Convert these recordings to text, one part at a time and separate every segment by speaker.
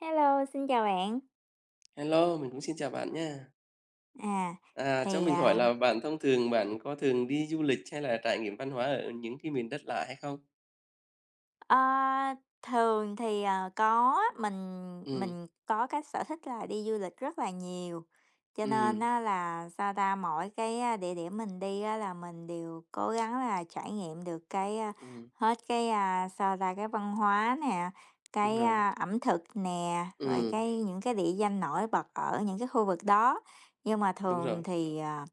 Speaker 1: Hello, xin chào bạn.
Speaker 2: Hello, mình cũng xin chào bạn nha.
Speaker 1: À,
Speaker 2: À, cho
Speaker 1: thì,
Speaker 2: mình hỏi
Speaker 1: à,
Speaker 2: là bạn thông thường bạn có thường đi du lịch hay là trải nghiệm văn hóa ở những cái miền đất lạ hay không?
Speaker 1: ơ, thường thì, có, mình
Speaker 2: Ừ,
Speaker 1: mình có cái sở thích là đi du lịch rất là nhiều, cho nên
Speaker 2: ừm,
Speaker 1: á là, sao ta, mỗi cái, địa điểm mình đi á là mình đều cố gắng là trải nghiệm được cái, a,
Speaker 2: ừm,
Speaker 1: hết cái, sao ta, cái văn hóa nè,
Speaker 2: đúng
Speaker 1: cái,
Speaker 2: rồi.
Speaker 1: ẩm thực nè, rồi
Speaker 2: Ừ,
Speaker 1: cái những cái địa danh nổi bật ở những cái khu vực đó. Nhưng mà
Speaker 2: đúng
Speaker 1: thường
Speaker 2: rồi.
Speaker 1: thì, à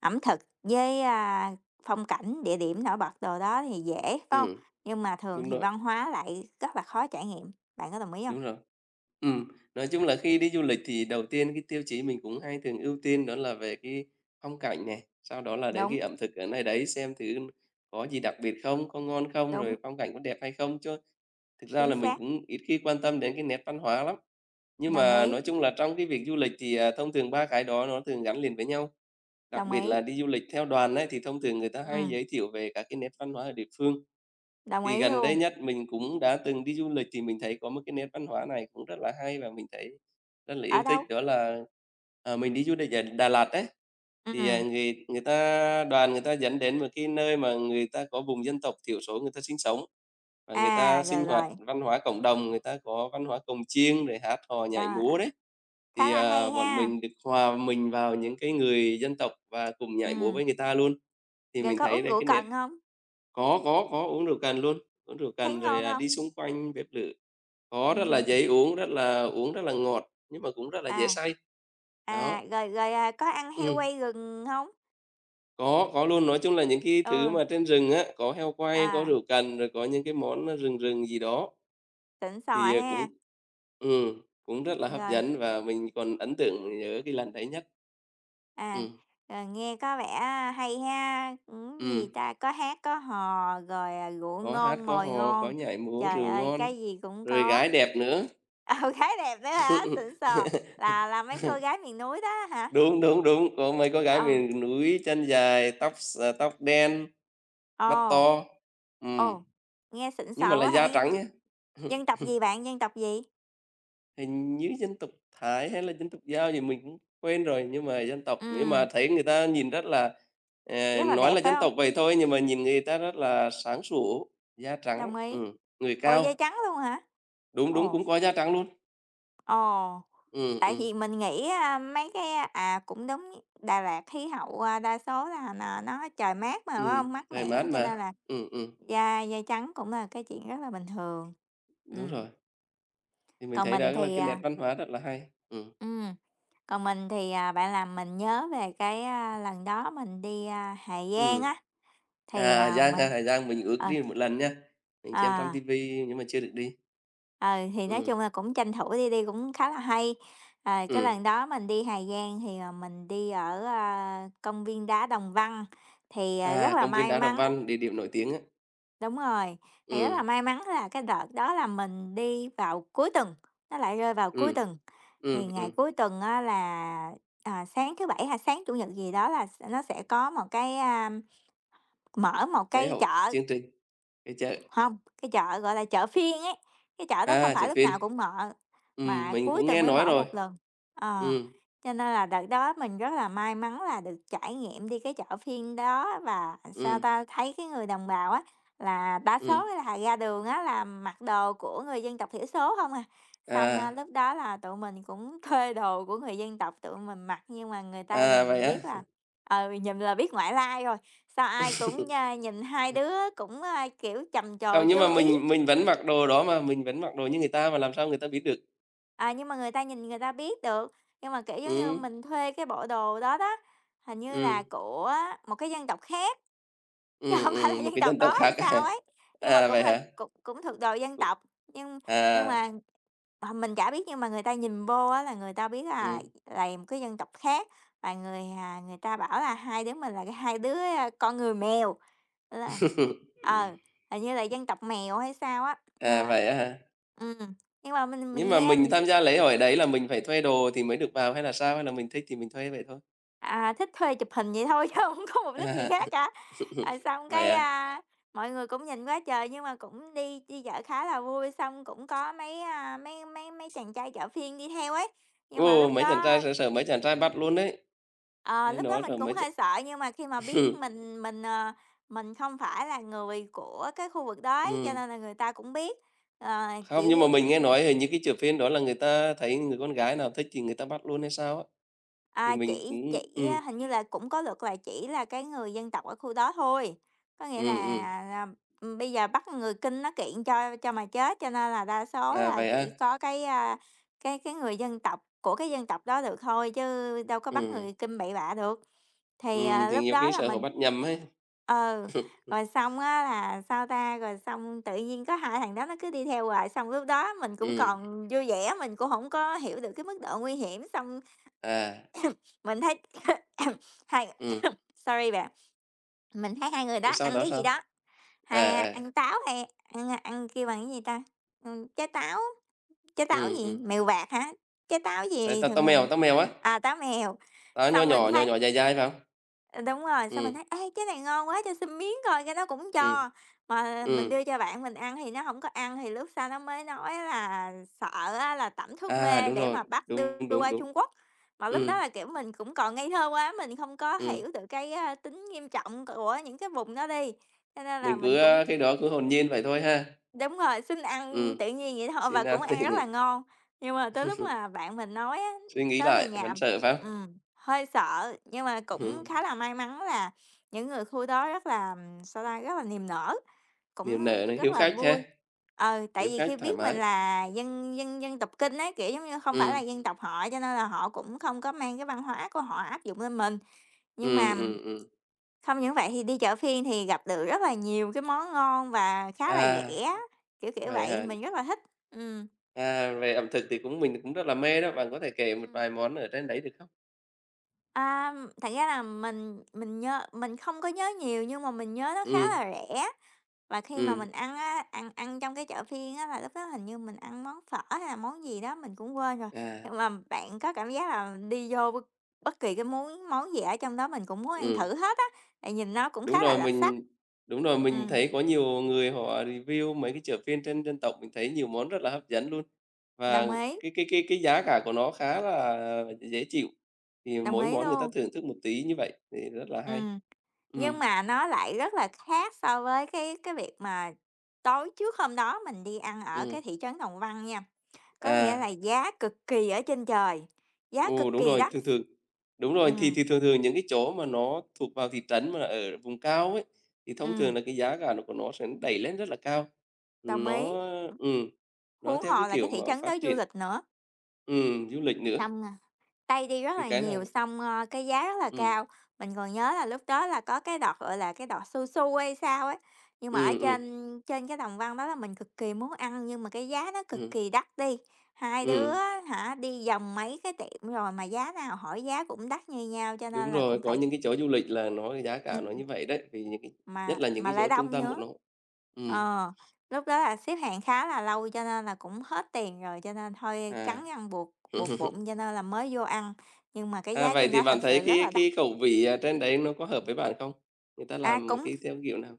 Speaker 1: Ẩm thực với, phong cảnh, địa điểm nổi bật đồ đó thì dễ, phải không?
Speaker 2: Ừ,
Speaker 1: Nhưng mà thường
Speaker 2: đúng
Speaker 1: thì
Speaker 2: rồi,
Speaker 1: văn hóa lại rất là khó trải nghiệm, bạn có đồng ý không?
Speaker 2: đúng rồi. Ừ, nói chung là khi đi du lịch thì đầu tiên cái tiêu chí mình cũng hay thường ưu tiên đó là về cái phong cảnh này, sau đó là đến
Speaker 1: Đúng,
Speaker 2: cái ẩm thực ở nơi đấy xem thử có gì đặc biệt không, có ngon không,
Speaker 1: đúng,
Speaker 2: rồi phong cảnh có đẹp hay không chứ. Thực ra
Speaker 1: chính
Speaker 2: là mình
Speaker 1: xác,
Speaker 2: cũng ít khi quan tâm đến cái nét văn hóa lắm. Nhưng
Speaker 1: đồng
Speaker 2: mà
Speaker 1: ý,
Speaker 2: nói chung là trong cái việc du lịch thì, thông thường 3 cái đó nó thường gắn liền với nhau. Đặc
Speaker 1: đồng
Speaker 2: biệt
Speaker 1: ý,
Speaker 2: là đi du lịch theo đoàn ấy, thì thông thường người ta hay
Speaker 1: ừm,
Speaker 2: giới thiệu về các cái nét văn hóa ở địa phương.
Speaker 1: đồng
Speaker 2: Thì
Speaker 1: ý
Speaker 2: gần
Speaker 1: luôn.
Speaker 2: đây nhất mình cũng đã từng đi du lịch thì mình thấy có một cái nét văn hóa này cũng rất là hay và mình thấy rất là
Speaker 1: Ở
Speaker 2: yêu thích,
Speaker 1: đâu?
Speaker 2: đó là, mình đi du lịch ở Đà Lạt đấy. Thì,
Speaker 1: Ừm,
Speaker 2: người người ta đoàn người ta dẫn đến một cái nơi mà người ta có vùng dân tộc thiểu số người ta sinh sống, và người ta
Speaker 1: à, rồi,
Speaker 2: sinh hoạt
Speaker 1: rồi,
Speaker 2: văn hóa cộng đồng, người ta có văn hóa cồng chiêng rồi hát hò, nhảy
Speaker 1: đó,
Speaker 2: múa đấy.
Speaker 1: khá
Speaker 2: Thì,
Speaker 1: là hay
Speaker 2: bọn
Speaker 1: ha.
Speaker 2: mình được hòa mình vào những cái người dân tộc và cùng nhảy múa
Speaker 1: Ừm,
Speaker 2: với người ta luôn. Thì
Speaker 1: rồi
Speaker 2: mình
Speaker 1: có
Speaker 2: thấy
Speaker 1: uống
Speaker 2: đây
Speaker 1: rượu
Speaker 2: cái nét.
Speaker 1: cần không?
Speaker 2: Có, có, uống rượu cần luôn, uống rượu
Speaker 1: Thấy
Speaker 2: cần rồi,
Speaker 1: ngon không?
Speaker 2: đi xung quanh bếp lửa. Có rất là
Speaker 1: Hứm,
Speaker 2: dễ uống, rất là ngọt, nhưng mà cũng rất là dễ
Speaker 1: à.
Speaker 2: say. Đó,
Speaker 1: À, rồi rồi, à, có ăn heo
Speaker 2: ừm,
Speaker 1: quay rừng không?
Speaker 2: có luôn, nói chung là những cái thứ
Speaker 1: Ừ,
Speaker 2: mà trên rừng á, có heo quay, có
Speaker 1: à,
Speaker 2: rượu cần, rồi có những cái món, rừng rừng gì đó.
Speaker 1: xịn sò
Speaker 2: Thì, à, cũng
Speaker 1: ha,
Speaker 2: cũng rất là hấp
Speaker 1: rồi.
Speaker 2: dẫn và mình còn ấn tượng, mình nhớ cái lần đấy nhất.
Speaker 1: À,
Speaker 2: Ừm,
Speaker 1: nghe có vẻ hay ha,
Speaker 2: ừm,
Speaker 1: gì ta, có hát có hò, rồi, rượu
Speaker 2: có hát,
Speaker 1: ngon,
Speaker 2: có
Speaker 1: mồi
Speaker 2: hò, có
Speaker 1: ngon,
Speaker 2: nhảy múa,
Speaker 1: trời
Speaker 2: rượu
Speaker 1: ơi,
Speaker 2: ngon,
Speaker 1: cái gì cũng
Speaker 2: rồi
Speaker 1: có.
Speaker 2: gái đẹp nữa.
Speaker 1: Ờ, gái đẹp nữa hả? Xịn sò, là mấy cô gái miền núi đó hả?
Speaker 2: Đúng, đúng, đúng, có mấy cô gái
Speaker 1: Ờ,
Speaker 2: miền núi chân dài, tóc đen, mắt
Speaker 1: ồ,
Speaker 2: to, ừm,
Speaker 1: ồ, nghe xịn
Speaker 2: nhưng mà
Speaker 1: sò
Speaker 2: là
Speaker 1: quá ha,
Speaker 2: da trắng nhá.
Speaker 1: dân tộc gì bạn, dân tộc gì?
Speaker 2: Hình như dân tộc Thái hay là dân tộc Dao gì mình cũng quên rồi, nhưng
Speaker 1: Ừm,
Speaker 2: mà thấy người ta nhìn rất là
Speaker 1: rất là
Speaker 2: nói
Speaker 1: đẹp,
Speaker 2: là
Speaker 1: phải
Speaker 2: dân
Speaker 1: không?
Speaker 2: tộc vậy thôi, nhưng mà nhìn người ta rất là sáng sủa, da trắng,
Speaker 1: Đồng ý.
Speaker 2: người
Speaker 1: Ồ,
Speaker 2: cao,
Speaker 1: da trắng luôn hả?
Speaker 2: đúng, đúng,
Speaker 1: Ồ.
Speaker 2: cũng có da trắng luôn.
Speaker 1: Ồ,
Speaker 2: Ừm,
Speaker 1: tại
Speaker 2: ừm,
Speaker 1: vì mình nghĩ, mấy cái, cũng đúng, Đà Lạt khí hậu, đa số là nó trời mát mà, phải không? Mát
Speaker 2: trời
Speaker 1: mẻ,
Speaker 2: mát
Speaker 1: cho nên
Speaker 2: mà.
Speaker 1: là
Speaker 2: Ừm, ừm,
Speaker 1: da da trắng cũng là cái chuyện rất là bình thường.
Speaker 2: đúng
Speaker 1: Ừm,
Speaker 2: rồi, thì mình
Speaker 1: còn
Speaker 2: thấy đó
Speaker 1: mình
Speaker 2: là
Speaker 1: thì,
Speaker 2: cái nét
Speaker 1: à
Speaker 2: văn hóa rất là hay.
Speaker 1: ừm, còn mình thì, bạn làm mình nhớ về cái, lần đó mình đi, Hà Giang á,
Speaker 2: Ừm.
Speaker 1: thì, à, mình
Speaker 2: Hà Giang mình ước
Speaker 1: ờ.
Speaker 2: đi một lần nha. Mình xem trong
Speaker 1: À.
Speaker 2: tivi nhưng mà chưa được đi.
Speaker 1: Ờ, thì nói
Speaker 2: Ừm,
Speaker 1: chung là cũng tranh thủ đi, đi cũng khá là hay. À, cái
Speaker 2: ừm.
Speaker 1: lần đó mình đi Hà Giang thì, mình đi ở, công viên đá Đồng Văn, thì, à, rất
Speaker 2: À,
Speaker 1: là
Speaker 2: công viên
Speaker 1: may
Speaker 2: Đá Đồng
Speaker 1: mắn
Speaker 2: Văn, địa điểm nổi tiếng á.
Speaker 1: đúng rồi, thì rất
Speaker 2: Ừm,
Speaker 1: là may mắn là cái đợt đó là mình đi vào cuối tuần, nó lại rơi vào cuối
Speaker 2: ừm,
Speaker 1: tuần. Thì
Speaker 2: ừm,
Speaker 1: ngày
Speaker 2: ừm,
Speaker 1: cuối tuần á là, sáng thứ Bảy hay sáng Chủ nhật gì đó là nó sẽ có một cái, mở một
Speaker 2: lễ
Speaker 1: cái
Speaker 2: hội,
Speaker 1: chợ.
Speaker 2: chương trình, cái chợ,
Speaker 1: Không, cái chợ, gọi là, chợ phiên ấy, cái chợ đó không phải
Speaker 2: chợ
Speaker 1: lúc
Speaker 2: phiên.
Speaker 1: nào cũng mở, mà
Speaker 2: Mình
Speaker 1: cuối
Speaker 2: cũng
Speaker 1: tuần
Speaker 2: nghe
Speaker 1: mới
Speaker 2: nói
Speaker 1: mở
Speaker 2: rồi.
Speaker 1: một lần. Ờ,
Speaker 2: Ừm,
Speaker 1: cho nên là đợt đó mình rất là may mắn là được trải nghiệm đi cái chợ phiên đó và, sao
Speaker 2: ừm,
Speaker 1: ta, thấy cái người đồng bào á, là đa số
Speaker 2: ừm.
Speaker 1: là ra đường á là mặc đồ của người dân tộc thiểu số không à. Xong,
Speaker 2: À,
Speaker 1: lúc đó là tụi mình cũng thuê đồ của người dân tộc tụi mình mặc, nhưng mà người ta
Speaker 2: à, vậy
Speaker 1: nhìn
Speaker 2: á?
Speaker 1: biết là ừ, nhìn là biết ngoại lai rồi, sao ai cũng, nhìn hai đứa cũng, kiểu, trầm trồ
Speaker 2: Không, nhưng
Speaker 1: chú
Speaker 2: mà
Speaker 1: ý,
Speaker 2: mình vẫn mặc đồ đó mà, mình vẫn mặc đồ như người ta mà, làm sao người ta biết được?
Speaker 1: nhưng mà người ta nhìn người ta biết được. Nhưng mà, kiểu, giống như
Speaker 2: Ừm,
Speaker 1: mình thuê cái bộ đồ đó đó, hình như là
Speaker 2: ừm,
Speaker 1: của một cái dân tộc khác, chứ hổng phải là
Speaker 2: một
Speaker 1: dân
Speaker 2: cái
Speaker 1: tộc
Speaker 2: dân tộc
Speaker 1: đó
Speaker 2: khác
Speaker 1: hay
Speaker 2: à?
Speaker 1: sao ấy, nhưng mà
Speaker 2: À,
Speaker 1: cũng
Speaker 2: vậy
Speaker 1: là
Speaker 2: hả?
Speaker 1: cũng cũng thuộc đồ dân
Speaker 2: Cũng
Speaker 1: tộc, nhưng
Speaker 2: à,
Speaker 1: nhưng mà Ờ, mình chả biết nhưng mà người ta nhìn vô á là người ta biết
Speaker 2: ừm.
Speaker 1: là một cái dân tộc khác và người, người ta bảo là hai đứa mình là cái hai đứa, con người mèo, là ờ, hình như là dân tộc mèo hay sao á,
Speaker 2: À,
Speaker 1: a.
Speaker 2: vậy á hả?
Speaker 1: Ừm, nhưng mà
Speaker 2: Nhưng
Speaker 1: mình
Speaker 2: mà
Speaker 1: nghe
Speaker 2: mình
Speaker 1: mình c
Speaker 2: tham gia lễ hội đấy là mình phải thuê đồ thì mới được vào hay là sao? Hay là mình thích thì mình thuê vậy thôi?
Speaker 1: À, thích thuê chụp hình vậy thôi chứ không có mục đích gì
Speaker 2: À,
Speaker 1: khác cả. Rồi xong
Speaker 2: vậy
Speaker 1: cái,
Speaker 2: à?
Speaker 1: mọi người cũng nhìn quá trời nhưng mà cũng đi đi chợ khá là vui, xong cũng có mấy, a, mấy mấy mấy chàng trai chợ phiên đi theo ấy, nhưng mà
Speaker 2: Ồ,
Speaker 1: lúc
Speaker 2: mấy chàng trai
Speaker 1: đó
Speaker 2: sợ sợ mấy chàng trai bắt luôn đấy.
Speaker 1: Ờ,
Speaker 2: Đấy,
Speaker 1: lúc đó
Speaker 2: nó
Speaker 1: mình
Speaker 2: sợ
Speaker 1: cũng
Speaker 2: mấy chàng.
Speaker 1: hơi sợ nhưng mà khi mà biết mình, ờ, mình không phải là người của cái khu vực đó ấy, cho
Speaker 2: Ừm.
Speaker 1: nên là người ta cũng biết. Ờ,
Speaker 2: Không, nhưng mà
Speaker 1: chỉ
Speaker 2: mình nghe nói hình như cái chợ phiên đó là người ta thấy người con gái nào thích thì người ta bắt luôn hay sao á? Thì
Speaker 1: À,
Speaker 2: mình
Speaker 1: chỉ
Speaker 2: cũng
Speaker 1: chỉ á, hình như là cũng có luật là chỉ là cái người dân tộc ở khu đó thôi. Có nghĩa
Speaker 2: ừm.
Speaker 1: là, bây giờ bắt người Kinh nó kiện cho mà chết, cho nên là đa số
Speaker 2: À,
Speaker 1: là
Speaker 2: vậy à.
Speaker 1: chỉ có cái, cái người dân tộc của cái dân tộc đó được thôi, chứ đâu có bắt
Speaker 2: Ừm,
Speaker 1: người Kinh bậy bạ được. Thì, à,
Speaker 2: thì
Speaker 1: lúc
Speaker 2: nhiều
Speaker 1: đó
Speaker 2: khi
Speaker 1: là
Speaker 2: sợ họ
Speaker 1: mình
Speaker 2: bắt nhầm ấy.
Speaker 1: Ừ, rồi xong á là, sao ta, rồi xong tự nhiên có hai thằng đó nó cứ đi theo hoài, xong lúc đó mình cũng
Speaker 2: Ừm,
Speaker 1: còn vui vẻ, mình cũng không có hiểu được cái mức độ nguy hiểm, xong
Speaker 2: à,
Speaker 1: mình thấy hai
Speaker 2: ừm.
Speaker 1: sorry bạn, mình thấy hai người đó
Speaker 2: Thế sau
Speaker 1: ăn
Speaker 2: đó
Speaker 1: cái gì
Speaker 2: sao?
Speaker 1: đó,
Speaker 2: À, à,
Speaker 1: ăn táo hay ăn kêu bằng cái gì ta? Ừm, trái táo, trái táo gì?
Speaker 2: ừm.
Speaker 1: Mèo vạt hả? Trái táo
Speaker 2: Tại
Speaker 1: gì
Speaker 2: tao
Speaker 1: thường thường
Speaker 2: tao mèo á?
Speaker 1: à, táo mèo,
Speaker 2: Đó, nho
Speaker 1: xong mình
Speaker 2: nhỏ, nhỏ
Speaker 1: thấy
Speaker 2: nhỏ, dài dài phải không?
Speaker 1: Ờ, đúng rồi, xong mình
Speaker 2: Ừm,
Speaker 1: thấy: "Ê, cái này ngon quá, cho xin miếng coi", cái nó cũng
Speaker 2: ừm,
Speaker 1: cho. Mà mình
Speaker 2: ừm.
Speaker 1: đưa cho bạn mình ăn thì nó không có ăn, thì lúc sau nó mới nói là sợ á là tẩm thuốc
Speaker 2: À,
Speaker 1: mê
Speaker 2: đúng
Speaker 1: để
Speaker 2: rồi,
Speaker 1: mà bắt đưa
Speaker 2: đúng, đúng,
Speaker 1: qua
Speaker 2: đúng.
Speaker 1: Trung Quốc. Mà lúc
Speaker 2: Ừm,
Speaker 1: đó là, kiểu, mình cũng còn ngây thơ quá, mình không có
Speaker 2: ừm,
Speaker 1: hiểu được cái, tính nghiêm trọng của những cái vùng đó đi, cho nên là
Speaker 2: mình
Speaker 1: mình
Speaker 2: cứ,
Speaker 1: cũng
Speaker 2: cái đó cứ hồn nhiên vậy thôi ha.
Speaker 1: Đúng rồi, xin
Speaker 2: Ừm,
Speaker 1: ăn tự nhiên vậy thôi
Speaker 2: xin,
Speaker 1: và
Speaker 2: a,
Speaker 1: cũng ăn rất là ngon. Nhưng mà tới lúc mà bạn mình nói á,
Speaker 2: suy nghĩ
Speaker 1: tới về
Speaker 2: lại
Speaker 1: nhà
Speaker 2: vẫn sợ phải không?
Speaker 1: Ừm, hơi sợ, nhưng mà cũng
Speaker 2: Ừm,
Speaker 1: khá là may mắn là những người khu đó rất là, sao ta, rất là niềm nở, cũng
Speaker 2: niềm nở này,
Speaker 1: rất
Speaker 2: hiếu
Speaker 1: là
Speaker 2: khách ha,
Speaker 1: vui. Ờ, tại
Speaker 2: hiếu
Speaker 1: vì
Speaker 2: khách,
Speaker 1: khi
Speaker 2: thoải
Speaker 1: biết mình
Speaker 2: mái.
Speaker 1: là dân dân dân tộc Kinh ấy kiểu, giống như, không phải là
Speaker 2: Ừm,
Speaker 1: dân tộc họ, cho nên là họ cũng không có mang cái văn hóa của họ áp dụng lên mình. Nhưng
Speaker 2: ừm,
Speaker 1: mà
Speaker 2: ừm, ừm.
Speaker 1: không những vậy thì đi chợ phiên thì gặp được rất là nhiều cái món ngon và khá là
Speaker 2: À,
Speaker 1: rẻ, kiểu, kiểu
Speaker 2: vậy
Speaker 1: vậy,
Speaker 2: hả?
Speaker 1: mình rất là thích. Ừm.
Speaker 2: À, về ẩm thực thì mình cũng rất là mê đó, bạn có thể kể một
Speaker 1: Ừm.
Speaker 2: vài món ở trên đấy được không?
Speaker 1: A, thật ra là mình nhớ mình không có nhớ nhiều nhưng mà mình nhớ nó khá
Speaker 2: Ừm,
Speaker 1: là rẻ, và khi mà
Speaker 2: ừm,
Speaker 1: mình ăn á, ăn ăn trong cái chợ phiên á là lúc đó hình như mình ăn món phở hay là món gì đó mình cũng quên rồi,
Speaker 2: à,
Speaker 1: nhưng mà bạn có cảm giác là đi vô bất bất kỳ cái món món gì ở trong đó mình cũng muốn ăn
Speaker 2: ừm.
Speaker 1: thử hết á, tại nhìn nó cũng
Speaker 2: Đúng
Speaker 1: khá là
Speaker 2: rồi,
Speaker 1: đặc sắc.
Speaker 2: mình đúng rồi, mình
Speaker 1: Ừm,
Speaker 2: thấy có nhiều người họ review mấy cái chợ phiên trên dân tộc, mình thấy nhiều món rất là hấp dẫn luôn.
Speaker 1: đồng
Speaker 2: Và
Speaker 1: ý,
Speaker 2: cái giá cả của nó khá là dễ chịu, thì
Speaker 1: đồng
Speaker 2: mỗi
Speaker 1: ý
Speaker 2: món người ta
Speaker 1: luôn,
Speaker 2: thưởng thức một tí như vậy thì rất là hay.
Speaker 1: ừm. Nhưng
Speaker 2: Ừm,
Speaker 1: mà nó lại rất là khác so với cái việc mà tối trước hôm đó mình đi ăn ở
Speaker 2: ừm,
Speaker 1: cái thị trấn Đồng Văn nha, có nghĩa là
Speaker 2: à,
Speaker 1: giá cực kỳ ở trên trời, giá
Speaker 2: ồ
Speaker 1: cực
Speaker 2: đúng
Speaker 1: kỳ
Speaker 2: rồi,
Speaker 1: đắt.
Speaker 2: thường thường đúng rồi, thì
Speaker 1: Ừm,
Speaker 2: thì thường thường những cái chỗ mà nó thuộc vào thị trấn mà ở vùng cao ấy, thì thông thường
Speaker 1: ừm,
Speaker 2: là cái giá cả của nó sẽ đẩy lên rất là cao.
Speaker 1: đồng ý,
Speaker 2: Nó ừm, nó
Speaker 1: huống
Speaker 2: theo cái
Speaker 1: hồ là cái
Speaker 2: kiểu
Speaker 1: thị
Speaker 2: mà
Speaker 1: trấn đó
Speaker 2: phát
Speaker 1: du
Speaker 2: triển
Speaker 1: lịch nữa,
Speaker 2: du lịch nữa.
Speaker 1: xong Tây đi rất
Speaker 2: Thì
Speaker 1: là
Speaker 2: cái này
Speaker 1: nhiều, xong, ơ, cái giá rất là
Speaker 2: ừm,
Speaker 1: cao. Mình còn nhớ là lúc đó là có cái đợt, gọi là, cái đợt Su Su hay sao ấy, nhưng mà ở
Speaker 2: ừm, ừm,
Speaker 1: trên trên cái đồng văn đó là mình cực kỳ muốn ăn nhưng mà cái giá nó cực
Speaker 2: ừm,
Speaker 1: kỳ đắt đi. Hai đứa
Speaker 2: ừm,
Speaker 1: hả, đi vòng mấy cái tiệm rồi mà giá nào hỏi giá cũng đắt như nhau cho
Speaker 2: đúng
Speaker 1: nên là cũng
Speaker 2: rồi, có
Speaker 1: phải
Speaker 2: những cái chỗ du lịch là nó giá cả nó
Speaker 1: ừm.
Speaker 2: như vậy đấy, vì những cái
Speaker 1: Mà
Speaker 2: nhất là những cái
Speaker 1: lại
Speaker 2: chỗ trung
Speaker 1: đông
Speaker 2: tâm của
Speaker 1: nữa.
Speaker 2: nó. Ừm,
Speaker 1: Ờ, lúc đó là xếp hàng khá là lâu cho nên là cũng hết tiền rồi, cho nên thôi
Speaker 2: à.
Speaker 1: cắn răng buộc buộc bụng cho nên là mới vô ăn, nhưng mà cái
Speaker 2: À,
Speaker 1: giá
Speaker 2: vậy
Speaker 1: trên
Speaker 2: thì
Speaker 1: đó
Speaker 2: bạn
Speaker 1: thật sự
Speaker 2: thấy
Speaker 1: rất là
Speaker 2: cái
Speaker 1: đắt.
Speaker 2: cái khẩu vị ở trên đấy nó có hợp với bạn không? Người ta
Speaker 1: À,
Speaker 2: làm
Speaker 1: cũng
Speaker 2: cái theo kiểu nào?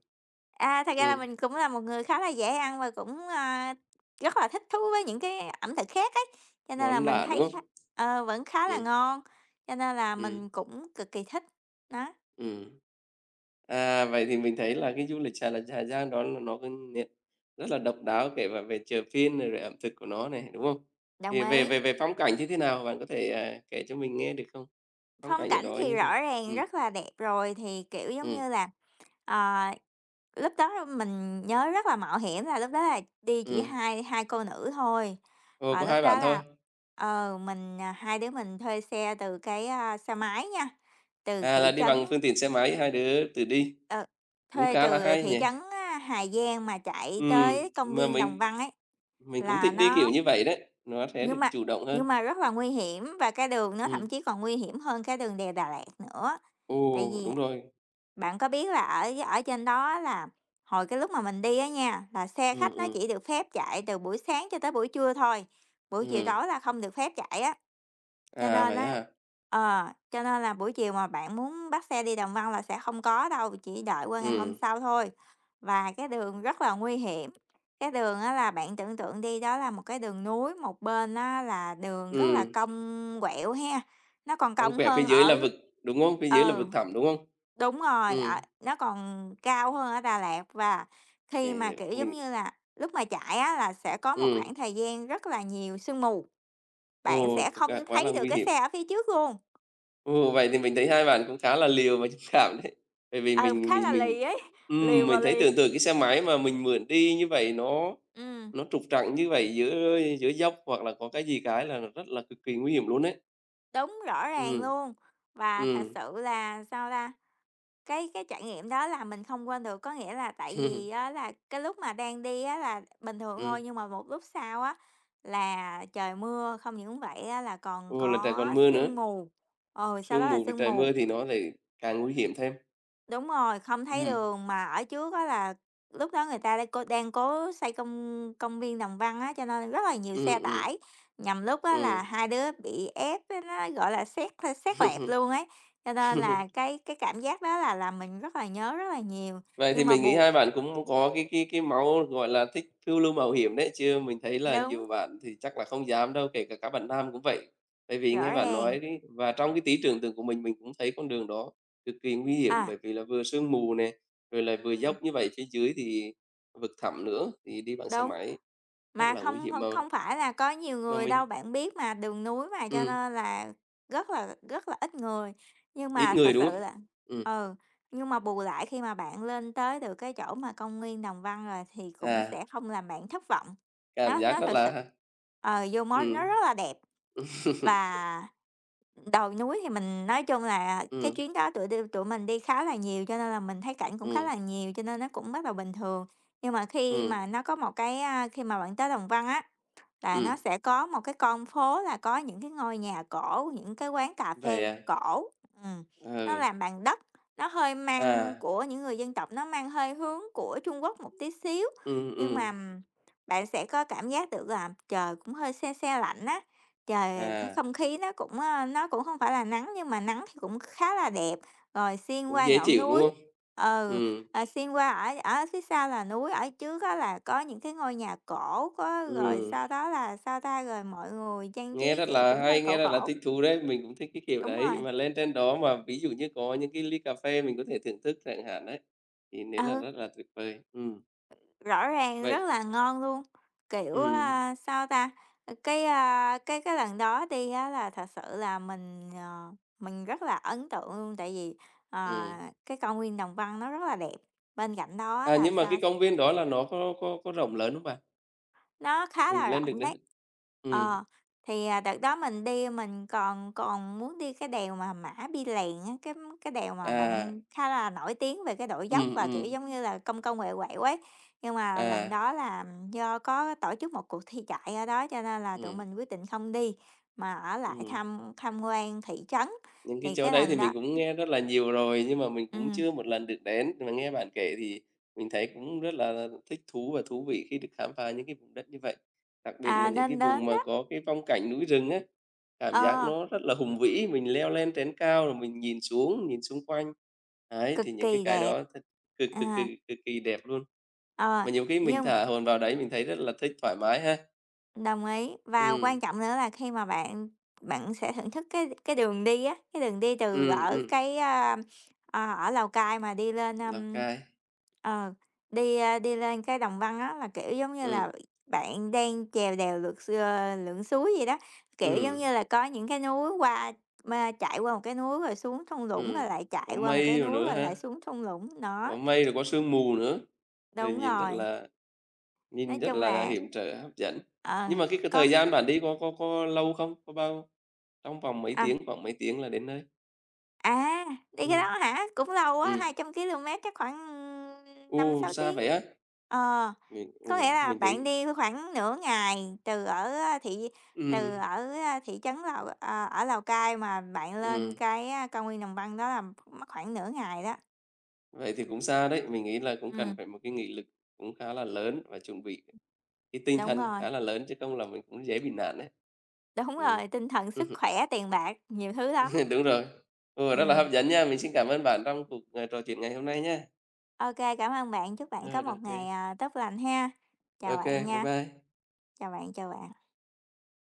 Speaker 1: À, thật ra là
Speaker 2: Ừm,
Speaker 1: mình cũng là một người khá là dễ ăn và cũng, rất là thích thú với những cái ẩm thực khác ấy, cho nên là
Speaker 2: món
Speaker 1: mình
Speaker 2: lạ, đúng
Speaker 1: thấy khá
Speaker 2: không?
Speaker 1: ờ, vẫn khá là
Speaker 2: Ừm,
Speaker 1: ngon, cho nên là
Speaker 2: ừm,
Speaker 1: mình cũng cực kỳ thích. Đó,
Speaker 2: ừm. À, vậy thì mình thấy là cái du lịch Hà Giang đó là nó có nét rất là độc đáo, kể cả về chợ phiên này, rồi ẩm thực của nó này, đúng không?
Speaker 1: đồng
Speaker 2: Thì về
Speaker 1: ý.
Speaker 2: về về phong cảnh như thế nào? Bạn có thể, kể cho mình nghe được không? Phong
Speaker 1: Phong
Speaker 2: cảnh ở
Speaker 1: cảnh
Speaker 2: đó
Speaker 1: thì
Speaker 2: như thế nào?
Speaker 1: rõ ràng
Speaker 2: Ừ,
Speaker 1: rất là đẹp rồi, thì, kiểu, giống
Speaker 2: ừm,
Speaker 1: như là, ờ lúc đó mình nhớ rất là mạo hiểm là lúc đó là đi chỉ
Speaker 2: ừm.
Speaker 1: hai hai cô nữ thôi,
Speaker 2: Ồ,
Speaker 1: và
Speaker 2: có
Speaker 1: lúc
Speaker 2: hai
Speaker 1: đó
Speaker 2: bạn thôi.
Speaker 1: là, mình, hai đứa mình thuê xe từ cái, xe máy nha, từ
Speaker 2: À, là
Speaker 1: thị
Speaker 2: đi
Speaker 1: trấn
Speaker 2: bằng phương tiện xe máy, hai đứa tự đi,
Speaker 1: ờ,
Speaker 2: cũng
Speaker 1: thuê
Speaker 2: khá là
Speaker 1: từ
Speaker 2: hay
Speaker 1: thị trấn,
Speaker 2: nhỉ?
Speaker 1: Hà Giang mà chạy
Speaker 2: Ừ,
Speaker 1: tới công
Speaker 2: mà
Speaker 1: viên Đồng
Speaker 2: mình
Speaker 1: Văn ấy,
Speaker 2: mình cũng
Speaker 1: là
Speaker 2: thích đi kiểu
Speaker 1: nó
Speaker 2: như vậy đấy, nó sẽ được
Speaker 1: nhưng mà
Speaker 2: chủ động hơn.
Speaker 1: nhưng mà rất là nguy hiểm và cái đường nó thậm
Speaker 2: Ừ.
Speaker 1: chí còn nguy hiểm hơn cái đường đèo Đà Lạt nữa, tại
Speaker 2: Ồ,
Speaker 1: vì
Speaker 2: đúng rồi.
Speaker 1: bạn có biết là ở ở trên đó là hồi cái lúc mà mình đi á nha, là xe
Speaker 2: Ừ,
Speaker 1: khách nó
Speaker 2: ừ,
Speaker 1: chỉ được phép chạy từ buổi sáng cho tới buổi trưa thôi, buổi chiều
Speaker 2: ừm.
Speaker 1: tối là không được phép chạy á. Cho
Speaker 2: À,
Speaker 1: nên
Speaker 2: vậy á
Speaker 1: á,
Speaker 2: hả?
Speaker 1: cho nên là buổi chiều mà bạn muốn bắt xe đi Đồng Văn là sẽ không có đâu, chỉ đợi qua ngày hôm
Speaker 2: Ừ,
Speaker 1: sau thôi. Và cái đường rất là nguy hiểm, cái đường á là bạn tưởng tượng đi, đó là một cái đường núi, một bên á là đường rất là
Speaker 2: ừm.
Speaker 1: cong quẹo ha, nó còn
Speaker 2: Không,
Speaker 1: cong
Speaker 2: quẹo phía
Speaker 1: hơn
Speaker 2: dưới là
Speaker 1: ở
Speaker 2: vực, đúng không? Phía dưới là
Speaker 1: ờ
Speaker 2: vực thẳm, đúng không?
Speaker 1: Đúng rồi, ở
Speaker 2: Ừm,
Speaker 1: nó còn cao hơn ở Đà Lạt và khi
Speaker 2: hiểu,
Speaker 1: mà,
Speaker 2: hiểu,
Speaker 1: kiểu, giống
Speaker 2: mình
Speaker 1: như là, lúc mà chạy á là sẽ có một
Speaker 2: ừm,
Speaker 1: khoảng thời gian rất là nhiều sương mù, bạn
Speaker 2: ồ,
Speaker 1: sẽ
Speaker 2: thực ra
Speaker 1: không
Speaker 2: quá là
Speaker 1: thấy được
Speaker 2: nguy
Speaker 1: cái
Speaker 2: hiểm.
Speaker 1: xe ở phía trước luôn.
Speaker 2: Ồ, vậy thì mình thấy hai bạn cũng khá là liều và dũng cảm đấy. Bởi vì
Speaker 1: Ừ,
Speaker 2: mình
Speaker 1: khá
Speaker 2: mình
Speaker 1: là
Speaker 2: mình
Speaker 1: lì ấy, liều
Speaker 2: ừm,
Speaker 1: và
Speaker 2: mình thấy
Speaker 1: lì.
Speaker 2: tưởng tượng cái xe máy mà mình mượn đi như vậy nó
Speaker 1: Ừm,
Speaker 2: nó trục trặc như vậy giữa giữa dốc hoặc là có cái gì cái là rất là cực kỳ nguy hiểm luôn đấy.
Speaker 1: đúng, rõ ràng
Speaker 2: Ừm,
Speaker 1: luôn. Và thật
Speaker 2: ừm,
Speaker 1: sự là sao ta? Cái trải nghiệm đó là mình không quên được, có nghĩa là tại vì á là cái lúc mà đang đi á là bình thường thôi,
Speaker 2: ừm,
Speaker 1: nhưng mà một lúc sau á là trời mưa, không những vậy á là còn
Speaker 2: ồ, là trời
Speaker 1: có
Speaker 2: còn mưa nữa,
Speaker 1: sương mù, ừ, sau đó
Speaker 2: sương
Speaker 1: là
Speaker 2: mù với
Speaker 1: sương
Speaker 2: trời
Speaker 1: mù.
Speaker 2: mưa thì nó lại càng nguy hiểm thêm.
Speaker 1: Đúng rồi, không thấy
Speaker 2: Ừm,
Speaker 1: đường, mà ở trước á là lúc đó người ta đang cố xây công công viên Đồng Văn á, cho nên rất là nhiều xe
Speaker 2: ừm, ừm,
Speaker 1: tải. Nhằm lúc á
Speaker 2: ừm.
Speaker 1: là hai đứa bị ép á, nó, gọi là, xét xét lẹp luôn ấy, cho nên là cái cảm giác đó là làm mình rất là nhớ rất là nhiều,
Speaker 2: Vậy thì
Speaker 1: nhưng mà
Speaker 2: mình nghĩ
Speaker 1: buộc
Speaker 2: hai bạn cũng có cái máu, gọi là, thích phiêu lưu mạo hiểm đấy, chứ mình thấy là
Speaker 1: đúng,
Speaker 2: nhiều bạn thì chắc là không dám đâu, kể cả các bạn nam cũng vậy. Bởi vì
Speaker 1: rõ
Speaker 2: nghe bạn
Speaker 1: ràng.
Speaker 2: nói cái và trong cái tí tưởng tượng của mình cũng thấy con đường đó cực kỳ nguy hiểm,
Speaker 1: À,
Speaker 2: bởi vì là vừa sương mù nè, rồi lại vừa
Speaker 1: ừm,
Speaker 2: dốc như vậy, phía dưới thì vực thẳm nữa, thì đi bằng xe
Speaker 1: đúng.
Speaker 2: máy rất
Speaker 1: Mà
Speaker 2: là nguy
Speaker 1: không
Speaker 2: hiểm
Speaker 1: không không phải là có nhiều
Speaker 2: mà
Speaker 1: người đâu,
Speaker 2: mình
Speaker 1: bạn biết mà, đường núi mà, cho
Speaker 2: ừm,
Speaker 1: nên là rất là ít người. Nhưng
Speaker 2: ít
Speaker 1: mà
Speaker 2: người,
Speaker 1: thật
Speaker 2: đúng
Speaker 1: sự
Speaker 2: không?
Speaker 1: là
Speaker 2: Ừm,
Speaker 1: ừ, nhưng mà bù lại khi mà bạn lên tới được cái chỗ mà công viên Đồng Văn rồi thì cũng sẽ
Speaker 2: à,
Speaker 1: không làm bạn thất vọng.
Speaker 2: cảm
Speaker 1: Nó
Speaker 2: giác
Speaker 1: nó
Speaker 2: rất
Speaker 1: thật sự,
Speaker 2: là
Speaker 1: vô mốt nó
Speaker 2: ừm,
Speaker 1: rất là đẹp và đồi núi thì mình nói chung là cái
Speaker 2: ừm,
Speaker 1: chuyến đó tụi đi tụi mình đi khá là nhiều, cho nên là mình thấy cảnh cũng khá
Speaker 2: ừm,
Speaker 1: là nhiều, cho nên nó cũng rất là bình thường. Nhưng mà khi
Speaker 2: ừm,
Speaker 1: mà nó có một cái, khi mà bạn tới Đồng Văn á là
Speaker 2: ừm.
Speaker 1: nó sẽ có một cái con phố là có những cái ngôi nhà cổ, những cái quán cà
Speaker 2: Vậy
Speaker 1: phê
Speaker 2: à?
Speaker 1: cổ, ừm, nó
Speaker 2: Ừ.
Speaker 1: làm bằng đất, nó hơi mang
Speaker 2: À,
Speaker 1: của những người dân tộc, nó mang hơi hướng của Trung Quốc một tí xíu.
Speaker 2: ừ,
Speaker 1: Nhưng mà
Speaker 2: ừ,
Speaker 1: bạn sẽ có cảm giác được là trời cũng hơi se se lạnh á, trời cái
Speaker 2: à,
Speaker 1: không khí nó cũng, nó cũng không phải là nắng nhưng mà nắng thì cũng khá là đẹp, rồi xuyên
Speaker 2: cũng
Speaker 1: qua
Speaker 2: dễ
Speaker 1: ngọn
Speaker 2: chịu, đúng
Speaker 1: núi.
Speaker 2: không?
Speaker 1: Ừ.
Speaker 2: Ừ,
Speaker 1: Ờ, xuyên qua ở ở phía sau là núi, ở trước đó là có những cái ngôi nhà cổ có, rồi
Speaker 2: ừ,
Speaker 1: sau đó là sao ta? Rồi mọi người trang
Speaker 2: nghe
Speaker 1: trí,
Speaker 2: rất
Speaker 1: kiểu,
Speaker 2: là
Speaker 1: cũng hơi
Speaker 2: hay, nghe
Speaker 1: cổ
Speaker 2: rất là
Speaker 1: cổ.
Speaker 2: thích thú đấy, mình cũng thích cái kiểu
Speaker 1: Đúng
Speaker 2: đấy.
Speaker 1: rồi,
Speaker 2: Mà lên trên đó mà ví dụ như có những cái ly cà phê mình có thể thưởng thức chẳng hạn đấy, thì
Speaker 1: ừ,
Speaker 2: nếu là rất là tuyệt vời. Ừ,
Speaker 1: rõ ràng rất
Speaker 2: vậy.
Speaker 1: là ngon luôn. Kiểu,
Speaker 2: Ừ,
Speaker 1: sao ta? Ờ, cái, cái lần đó đi á là thật sự là mình, mình rất là ấn tượng luôn, tại vì, ờ,
Speaker 2: ừ.
Speaker 1: cái công viên Đồng Văn nó rất là đẹp. Bên cạnh đó
Speaker 2: À,
Speaker 1: là
Speaker 2: nhưng mà
Speaker 1: sao?
Speaker 2: cái công viên đó là nó có rộng lớn không bạn?
Speaker 1: Nó khá
Speaker 2: Mình
Speaker 1: là
Speaker 2: lên được
Speaker 1: rộng đấy.
Speaker 2: đến. Ừ,
Speaker 1: Ờ, thì, đợt đó mình đi mình còn còn muốn đi cái đèo mà Mã Pì Lèng á, cái đèo mà
Speaker 2: à,
Speaker 1: bạn khá là nổi tiếng về cái độ dốc
Speaker 2: ừ,
Speaker 1: và, kiểu,
Speaker 2: ừ,
Speaker 1: giống như là, cong cong, quẹo quẹo ấy. Nhưng mà lần
Speaker 2: à,
Speaker 1: đó là do có tổ chức một cuộc thi chạy ở đó cho nên là tụi
Speaker 2: ừ,
Speaker 1: mình quyết định không đi, mà ở lại
Speaker 2: ừ.
Speaker 1: tham tham quan thị trấn.
Speaker 2: Những cái
Speaker 1: Thì
Speaker 2: chỗ
Speaker 1: cái
Speaker 2: đấy thì
Speaker 1: lần đó
Speaker 2: mình cũng nghe rất là nhiều rồi, nhưng mà mình cũng
Speaker 1: ừm,
Speaker 2: chưa một lần được đến, mà nghe bạn kể thì mình thấy cũng rất là thích thú và thú vị khi được khám phá những cái vùng đất như vậy. Đặc biệt là
Speaker 1: à,
Speaker 2: những cái
Speaker 1: nên
Speaker 2: vùng
Speaker 1: đến
Speaker 2: mà
Speaker 1: đó
Speaker 2: có cái phong cảnh núi rừng á, cảm giác
Speaker 1: ờ,
Speaker 2: nó rất là hùng vĩ, mình leo lên trên cao rồi mình nhìn xuống, nhìn xung quanh. Đấy, thì
Speaker 1: cực
Speaker 2: những cái
Speaker 1: kỳ
Speaker 2: cái
Speaker 1: đẹp.
Speaker 2: đó thật cực
Speaker 1: À,
Speaker 2: cực kỳ đẹp luôn.
Speaker 1: ờ,
Speaker 2: Mà nhiều khi mình
Speaker 1: nhưng
Speaker 2: thả hồn vào đấy mình thấy rất là thích thoải mái ha.
Speaker 1: đồng ý. Và quan
Speaker 2: Ừm,
Speaker 1: trọng nữa là khi mà bạn bạn sẽ thưởng thức cái đường đi á, cái đường đi từ
Speaker 2: ừm,
Speaker 1: ở
Speaker 2: ừm,
Speaker 1: cái, ở Lào Cai mà đi lên,
Speaker 2: Lào Cai.
Speaker 1: ờ, đi, đi lên cái Đồng Văn á, là, kiểu, giống như
Speaker 2: Ừm,
Speaker 1: là, bạn đang chèo đèo lượn suối gì đó. Kiểu, giống
Speaker 2: ừm,
Speaker 1: như là, có những cái núi qua mà chạy qua một cái núi rồi xuống thung lũng, rồi
Speaker 2: ừm,
Speaker 1: lại
Speaker 2: có
Speaker 1: chạy qua một cái
Speaker 2: mây rồi
Speaker 1: núi
Speaker 2: nữa
Speaker 1: rồi
Speaker 2: ha.
Speaker 1: lại xuống thung lũng. Đó,
Speaker 2: Có mây rồi có sương mù nữa, rồi
Speaker 1: đúng rồi.
Speaker 2: nhìn
Speaker 1: Nói
Speaker 2: rất
Speaker 1: chung
Speaker 2: là
Speaker 1: là
Speaker 2: hiểm trở, hấp dẫn.
Speaker 1: ờ,
Speaker 2: Nhưng mà cái
Speaker 1: có
Speaker 2: thời gian bạn đi có lâu không? Có bao Trong vòng mấy
Speaker 1: à.
Speaker 2: tiếng, khoảng mấy tiếng là đến nơi?
Speaker 1: À, đi cái
Speaker 2: Ừm,
Speaker 1: đó hả? Cũng lâu á,
Speaker 2: ừm.
Speaker 1: 200 ki lô mét chắc khoảng năm
Speaker 2: Ô,
Speaker 1: sáu
Speaker 2: xa
Speaker 1: tiếng.
Speaker 2: vậy á?
Speaker 1: Ờ, có nghĩa là
Speaker 2: Mình
Speaker 1: bạn
Speaker 2: thấy
Speaker 1: đi khoảng nửa ngày từ ở, thị
Speaker 2: ừm,
Speaker 1: từ ở, thị trấn Lào, ở Lào Cai mà bạn lên
Speaker 2: ừm,
Speaker 1: cái, cao nguyên Đồng Văn đó là mất khoảng nửa ngày đó.
Speaker 2: vậy thì cũng xa đấy. Mình nghĩ là cũng cần
Speaker 1: Ừm,
Speaker 2: phải một cái nghị lực cũng khá là lớn và chuẩn bị cái tinh
Speaker 1: đúng
Speaker 2: thần
Speaker 1: rồi,
Speaker 2: khá là lớn, chứ không là mình cũng dễ bị nạn đấy.
Speaker 1: đúng
Speaker 2: Ừm.
Speaker 1: rồi, tinh thần, sức khỏe, tiền bạc, nhiều thứ lắm.
Speaker 2: Đúng rồi. Ừ, rất là
Speaker 1: Ừm,
Speaker 2: hấp dẫn nha. Mình xin cảm ơn bạn trong cuộc, trò chuyện ngày hôm nay nha.
Speaker 1: ô cảm ơn bạn, chúc bạn
Speaker 2: Ờ,
Speaker 1: có một
Speaker 2: OK, kê,
Speaker 1: ngày, tốt lành ha. Chào bạn
Speaker 2: bye
Speaker 1: nha,
Speaker 2: bye.
Speaker 1: chào bạn, chào bạn.